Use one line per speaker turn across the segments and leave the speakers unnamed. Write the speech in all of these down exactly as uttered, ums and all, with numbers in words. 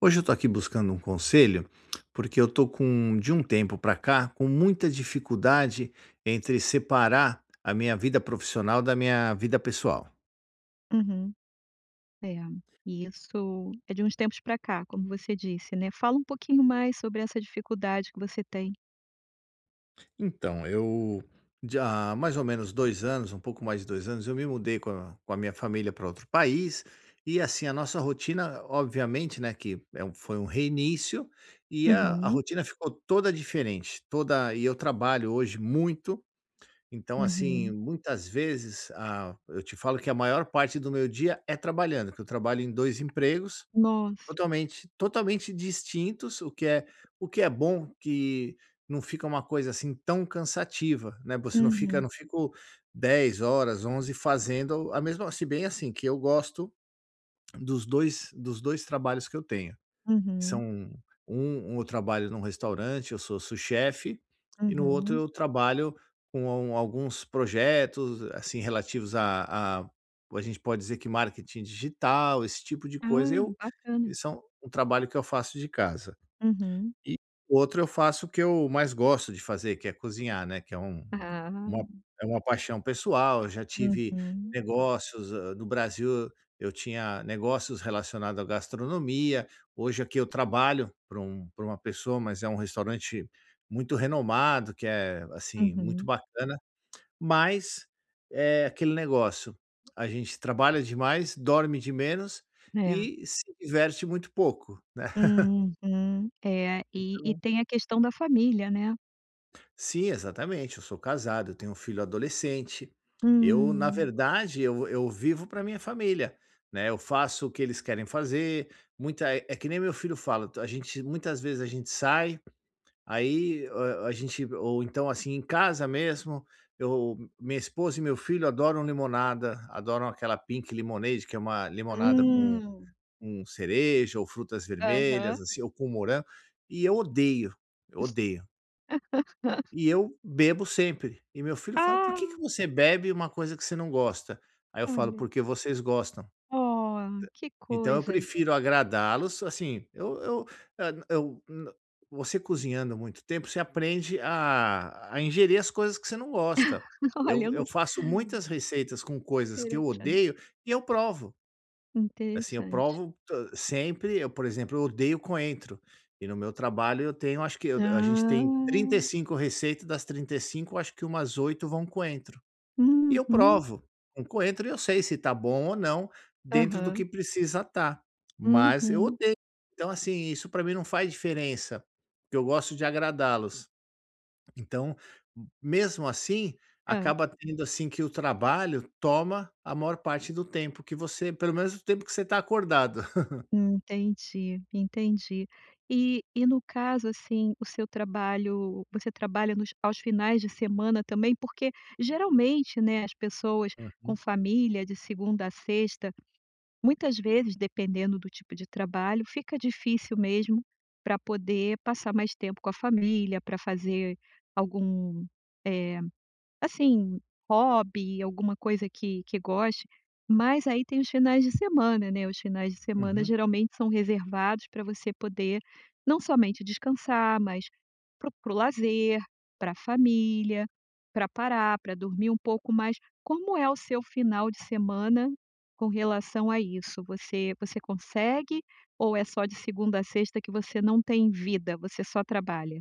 Hoje eu tô aqui buscando um conselho, porque eu tô com de um tempo pra cá, com muita dificuldade entre separar a minha vida profissional da minha vida pessoal.
Uhum, é. E isso é de uns tempos para cá, como você disse, né. Fala um pouquinho mais sobre essa dificuldade que você tem.
Então, eu de há mais ou menos dois anos, um pouco mais de dois anos, eu me mudei com a com a minha família para outro país, e assim, a nossa rotina, obviamente, né, que é um foi um reinício, e a a
Uhum,
rotina ficou toda diferente, toda e eu trabalho hoje muito. Então, assim,
uhum.
muitas vezes, ah, eu te falo que a maior parte do meu dia é trabalhando, que eu trabalho em dois empregos
Nossa.
totalmente totalmente distintos, o que é o que é bom que não fica uma coisa, assim, tão cansativa, né, você não fica
Uhum,
não fico dez horas, onze fazendo a mesma, se bem, assim, que eu gosto dos dois dos dois trabalhos que eu tenho.
uhum,
São um um Eu trabalho num restaurante, eu sou sous-chefe, e no outro
uhum.
eu trabalho com al- alguns projetos, assim, relativos a a a gente pode dizer que marketing digital, esse tipo de coisa.
Ah,
eu
bacana.
esse é um um trabalho que eu faço de casa.
Uhum.
E o outro eu faço o que eu mais gosto de fazer, que é cozinhar, né, que é um uma
Ah.
é uma paixão pessoal. Eu já tive
Uhum,
negócios, hã, no Brasil eu tinha negócios relacionados à gastronomia. Hoje aqui eu trabalho para um pra uma pessoa, mas é um restaurante muito renomado, que é, assim, muito
uhum.
bacana, mas é aquele negócio, a gente trabalha demais, dorme de menos
É.
e se diverte muito pouco, né.
Uhum. É, e e tem a questão da família, né.
Sim, exatamente. Eu sou casado, eu tenho um filho adolescente. Eu, na
Hum,
verdade, eu, eu vivo para minha família, né? Eu faço o que eles querem fazer. Muita é é Que nem meu filho fala. A gente Muitas vezes a gente sai, aí a, a gente, ou então assim em casa mesmo. Eu, minha esposa e meu filho adoram limonada, adoram aquela Pink Lemonade, que é uma limonada com,
hum.
com cereja ou frutas
Aham.
vermelhas, assim, ou com morango. E eu odeio, eu odeio. E eu bebo sempre. E meu filho fala: "Por
Ah,
que que você bebe uma coisa que você não gosta?" Aí eu falo:
olha.
"Porque vocês gostam".
Oh, que
Então eu
coisa.
prefiro agradá-los, assim, eu eu hã, eu n você cozinhando muito tempo, você aprende a a ingerir as coisas que você não gosta.
Olha,
Eu
eu não
eu faço muitas receitas com coisas que eu
interessante,
odeio e eu provo. Assim, eu
interessante.
provo to sempre eu, por exemplo, eu odeio coentro, e no meu trabalho eu tenho acho que eu a gente tem trinta
Ah,
e cinco receitas. Das trinta e cinco, acho que umas oito vão coentro. E eu
uhum,
provo com coentro e eu sei se tá bom ou não, dentro do
aham,
que precisa tá, mas eu
uhum.
odeio. Então, assim, isso para mim não faz diferença, porque eu gosto de agradá-los. Então, mesmo assim,
Ah,
acaba tendo, assim, que o trabalho toma a maior parte do tempo que você pelo menos o tempo que você está acordado.
entendi, entendi. E e no caso, assim, o seu trabalho você trabalha nos aos finais de semana também? Porque geralmente, né, as pessoas com
Uhum,
família de segunda a sexta. Muitas vezes, dependendo do tipo de trabalho, fica difícil mesmo para poder passar mais tempo com a família, para fazer algum, eh assim, hobby, alguma coisa que que goste, mas aí tem os finais de semana, né, os finais de semana
uhum.
geralmente são reservados para você poder não somente descansar, mas para o para a família, para parar, para dormir um pouco mais. Como é o seu final de semana com relação a isso? Você você consegue ou é só de segunda a sexta que você não tem vida, você só trabalha?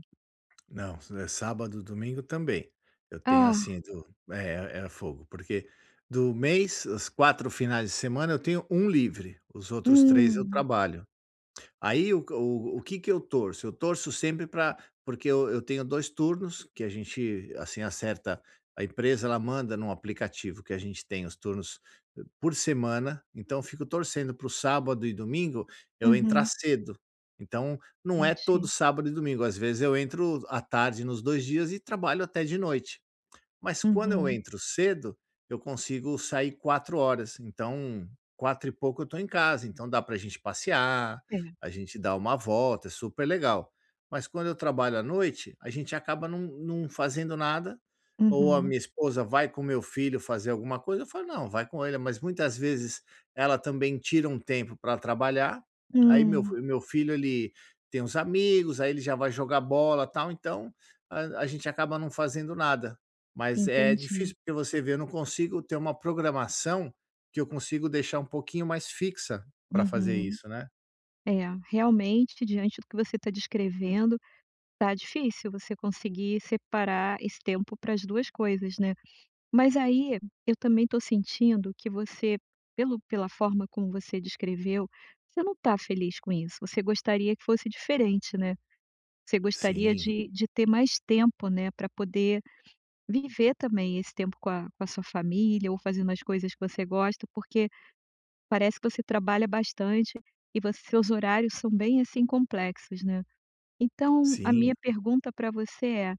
Não, é sábado, domingo também. Eu tenho
Ah,
assim do é é fogo, porque do mês, os quatro finais de semana eu tenho um livre, os outros três eu
hum,
trabalho. Aí o o o que que eu torço? Eu torço sempre para porque eu eu tenho dois turnos que a gente, assim, acerta. A empresa ela manda num aplicativo que a gente tem os turnos eh, por semana, então eu fico torcendo para o sábado e domingo eu entrar
uhum,
cedo. Então, não é todo
entendi.
sábado e domingo, às vezes eu entro à tarde nos dois dias e trabalho até de noite. Mas quando eu
Uhum.
entro cedo, eu consigo sair quatro horas. Então, quatro e pouco eu estou em casa, então dá para a gente passear,
É.
a gente dá uma volta, é super legal. Mas quando eu trabalho à noite, a gente acaba não não fazendo nada, ou a
Uhum.
minha esposa vai com meu filho fazer alguma coisa, eu falo: "Não, vai com ele", mas muitas vezes ela também tira um tempo para trabalhar, aí meu
Hum,
meu filho, ele tem os amigos, aí ele já vai jogar bola, tal, então a a gente acaba não fazendo nada. Mas é
entendi.
difícil, porque você vê, eu não consigo ter uma programação que eu consigo deixar um pouquinho mais fixa para fazer
Uhum.
isso, né?
É, realmente, diante do que você está descrevendo, tá difícil você conseguir separar esse tempo para as duas coisas, né. Mas aí, eu também estou sentindo que você, pelo pela forma como você descreveu, você não tá feliz com isso, você gostaria que fosse diferente, né. Você gostaria
Sim,
de de ter mais tempo, né, para poder viver também esse tempo com a com a sua família ou fazendo as coisas que você gosta, porque parece que você trabalha bastante e você seus horários são bem, assim, complexos, né. Então, a
sim.
minha pergunta para você é: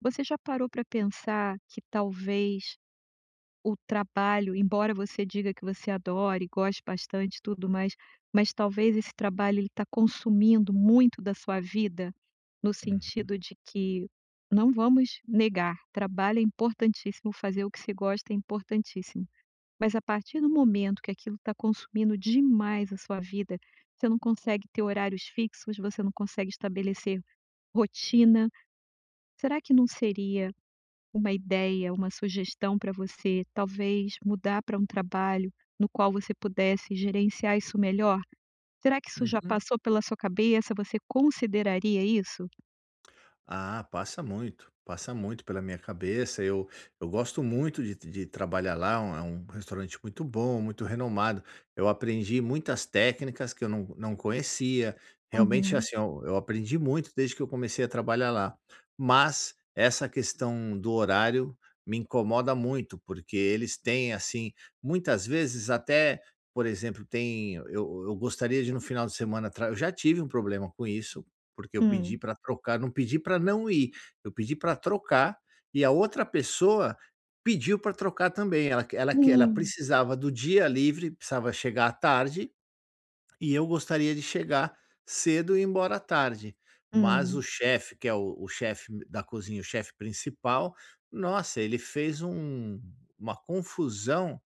você já parou para pensar que talvez o trabalho, embora você diga que você adore, goste bastante e tudo mais, mas talvez esse trabalho ele está consumindo muito da sua vida? No
Uhum,
sentido de que não vamos negar, trabalho é importantíssimo, fazer o que se gosta é importantíssimo. Mas a partir do momento que aquilo está consumindo demais a sua vida, você não consegue ter horários fixos, você não consegue estabelecer rotina. Será que não seria uma ideia, uma sugestão para você, talvez mudar para um trabalho no qual você pudesse gerenciar isso melhor? Será que isso já
uhum.
passou pela sua cabeça? Você consideraria isso?
Ah, passa muito, passa muito pela minha cabeça. Eu, eu gosto muito de, de trabalhar lá, é um é um restaurante muito bom, muito renomado. Eu aprendi muitas técnicas que eu não, não conhecia. Realmente,
Uhum.
assim, eu, eu aprendi muito desde que eu comecei a trabalhar lá. Mas essa questão do horário me incomoda muito, porque eles têm, assim, muitas vezes até. Por exemplo, tem. Eu, eu gostaria de no final de semana. tra- Eu já tive um problema com isso, porque eu
Hum.
pedi para trocar, não pedi para não ir, eu pedi para trocar, e a outra pessoa pediu para trocar também, ela que ela que ela
Hum.
precisava do dia livre, precisava chegar à tarde, e eu gostaria de chegar cedo e ir embora à tarde. Mas o
Hum.
chefe, que é o o chefe da cozinha, o chefe principal, nossa, ele fez um uma confusão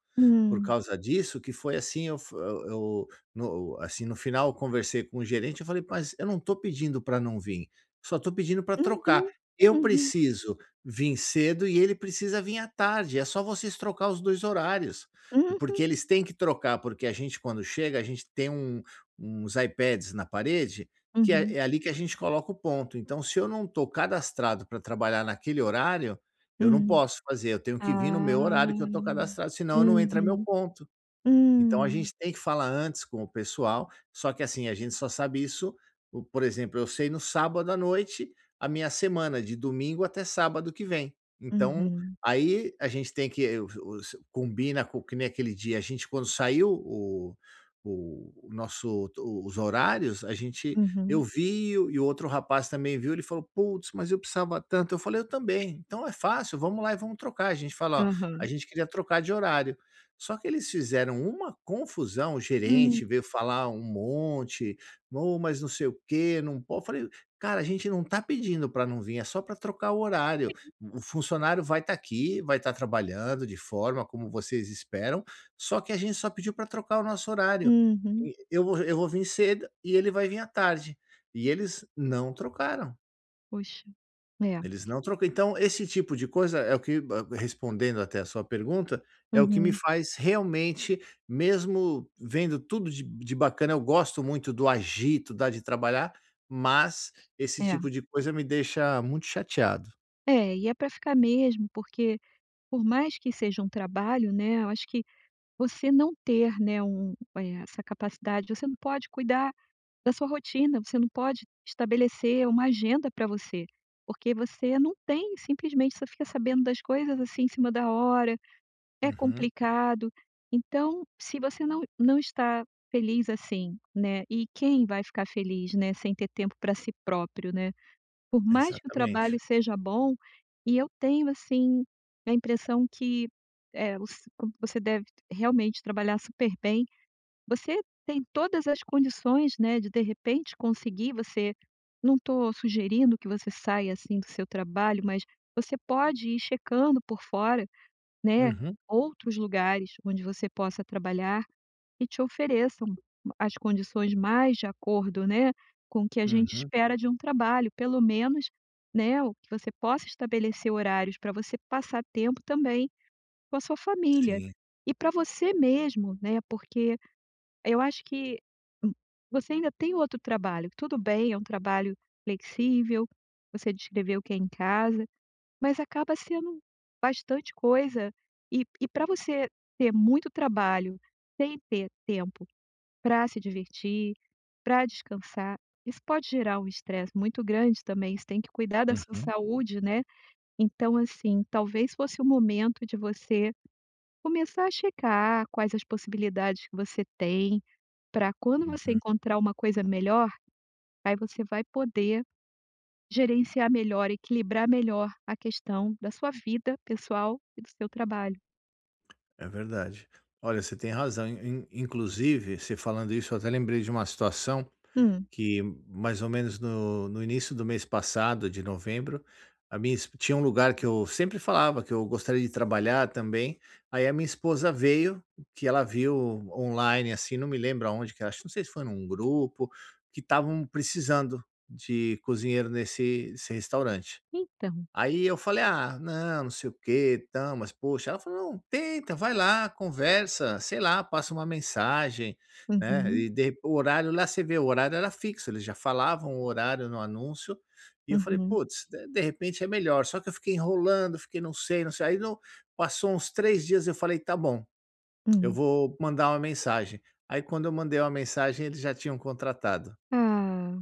por
Hum.
causa disso, que foi assim, eu f eu eu no assim, no final eu conversei com o gerente. Eu falei: "Mas eu não estou pedindo para não vir, só estou pedindo para
Uhum.
trocar. Eu
Uhum.
preciso vir cedo e ele precisa vir à tarde, é só vocês trocar os dois horários". E porque
Uhum.
eles têm que trocar, porque a gente, quando chega, a gente tem um uns iPads na parede, que é
Uhum.
é ali que a gente coloca o ponto. Então se eu não estou cadastrado para trabalhar naquele horário, eu não
Uhum.
posso fazer, eu tenho que vir no meu horário que eu estou
Ah.
cadastrado, senão não entra meu
Uhum.
ponto. Então a
Hum.
gente tem que falar antes com o pessoal, só que assim, a gente só sabe isso, o por exemplo, eu sei no sábado à noite a minha semana, de domingo até sábado que vem. Então,
Uhum.
aí a gente tem que o o s combina com, que nem aquele dia, a gente, quando saiu o o o nosso o os horários, a gente
Uhum.
eu vi e o e o outro rapaz também viu, ele falou: "Putz, mas eu precisava tanto". Eu falei: "Eu também". Então é fácil, vamos lá e vamos trocar. A gente fala: "Ó, a
Aham.
gente queria trocar de horário". Só que eles fizeram uma confusão, o
Hum.
gerente veio falar um monte: "Ô, mas não sei o quê, não pode". Falei: "Cara, a gente não tá pedindo para não vir, é só para trocar o horário. O funcionário vai estar aqui, vai estar trabalhando de forma como vocês esperam, só que a gente só pediu para trocar o nosso horário.
Uhum.
E eu vou eu vou vir cedo e ele vai vir à tarde". E eles não trocaram.
Poxa. É.
Eles não trocam. Então, esse tipo de coisa é o que, a respondendo até a sua pergunta, é o que me
Uhum.
faz realmente, mesmo vendo tudo de de bacana, eu gosto muito do agito, da de trabalhar, mas esse
É.
tipo de coisa me deixa muito chateado.
É, e é pra ficar mesmo, porque por mais que seja um trabalho, né, eu acho que você não ter, né, um eh, essa capacidade, você não pode cuidar da sua rotina, você não pode estabelecer uma agenda pra você, porque você não tem, simplesmente, você fica sabendo das coisas, assim, em cima da hora. É
Uhum,
complicado. Então, se você não não está feliz assim, né, e quem vai ficar feliz, né, sem ter tempo para si próprio, né? Por mais que o trabalho
exatamente.
seja bom, e eu tenho, assim, a impressão que, eh, voc como você deve realmente trabalhar super bem, você tem todas as condições, né, de de repente conseguir, você não estou sugerindo que você saia, assim, do seu trabalho, mas você pode ir checando por fora, né,
Uhum,
outros lugares onde você possa trabalhar e te ofereçam as condições mais de acordo, né, com o que a gente
uhum,
espera de um trabalho, pelo menos, né, o que você possa estabelecer horários para você passar tempo também com a sua família
sim.
e para você mesmo, né, porque eu acho que hum, você ainda tem outro trabalho, tudo bem, é um trabalho flexível, você descreveu que é em casa, mas acaba sendo bastante coisa, e e para você ter muito trabalho sem ter tempo para se divertir, para descansar, isso pode gerar um estresse muito grande também, você tem que cuidar da sua
Uhum,
saúde, né. Então, assim, talvez fosse o momento de você começar a checar quais as possibilidades que você tem, para quando você
uhum.
encontrar uma coisa melhor, aí você vai poder gerenciar melhor, equilibrar melhor a questão da sua vida pessoal e do seu trabalho.
É verdade. Olha, você tem razão. In- Inclusive, você falando isso, eu até lembrei de uma situação
Hum.
que, mais ou menos no, no início do mês passado, de novembro, a minha, esp- tinha um lugar que eu sempre falava que eu gostaria de trabalhar também. Aí a minha esposa veio, que ela viu online, assim, não me lembro aonde, que acho, não sei se foi num grupo, que estavam precisando de cozinheiro nesse, nesse restaurante.
Então
Aí eu falei: "Ah, não, não sei o que, e mas poxa". Ela falou: "Não, tenta, vai lá, conversa, sei lá, passa uma mensagem", né.
uhum,
E de o horário lá você vê, o horário era fixo, eles já falavam o horário no anúncio. E eu falei:
uhum,
"Putz, de de repente é melhor", só que eu fiquei enrolando, fiquei não sei, não sei. Aí não, passou uns três dias, eu falei: "Tá bom, eu
hum.
vou mandar uma mensagem". Aí quando eu mandei uma mensagem, eles já tinham contratado.
Ah,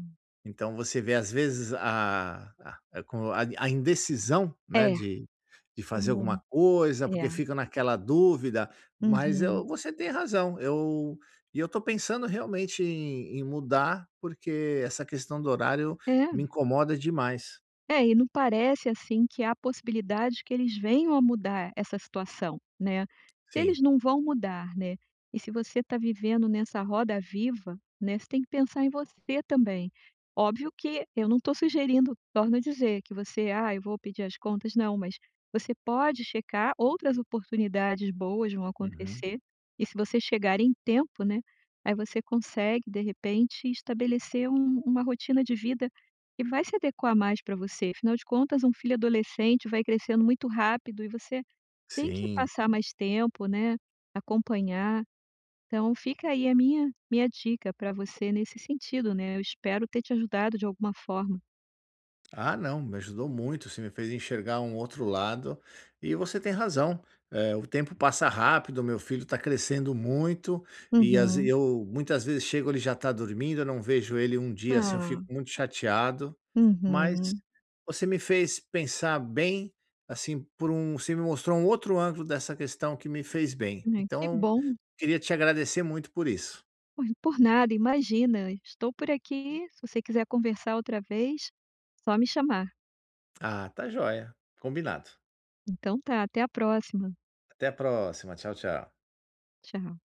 Então você vê às vezes a a a com a a indecisão, né,
é.
de de fazer
Tomou.
alguma coisa,
É.
porque fica naquela dúvida, mas
Uhum.
eu você tem razão, eu e eu estou pensando realmente em em mudar, porque essa questão do horário
É.
me incomoda demais.
É, e não parece, assim, que há possibilidade que eles venham a mudar essa situação, né. Se
Sim.
eles não vão mudar, né, e se você está vivendo nessa roda viva, né, você tem que pensar em você também. Óbvio que eu não estou sugerindo, torno a dizer, que você: "Ah, eu vou pedir as contas", não, mas você pode checar, outras oportunidades boas vão
Uhum.
acontecer, e se você chegar em tempo, né, aí você consegue, de repente, estabelecer um uma rotina de vida e vai se adequar mais para você, afinal de contas um filho adolescente vai crescendo muito rápido e você tem que
Sim.
passar mais tempo, né, acompanhar. Então fica aí a minha minha dica para você nesse sentido, né, eu espero ter te ajudado de alguma forma.
Ah, não, me ajudou muito, você me fez enxergar um outro lado e você tem razão. eh, o tempo passa rápido, meu filho está crescendo muito e, as,
Uhum.
eu muitas vezes chego, ele já está dormindo, eu não vejo ele um dia, assim, eu
Ah.
fico muito chateado. Mas
Uhum.
você me fez pensar bem, assim, por um, você me mostrou um outro ângulo dessa questão que me fez bem.
Ai, que
Então,
bom.
queria te agradecer muito por isso.
Por por nada, imagina, estou por aqui, se você quiser conversar outra vez, só me chamar.
Ah, tá joia. Combinado.
Então tá, até a próxima.
Até a próxima. Tchau, tchau.
Tchau.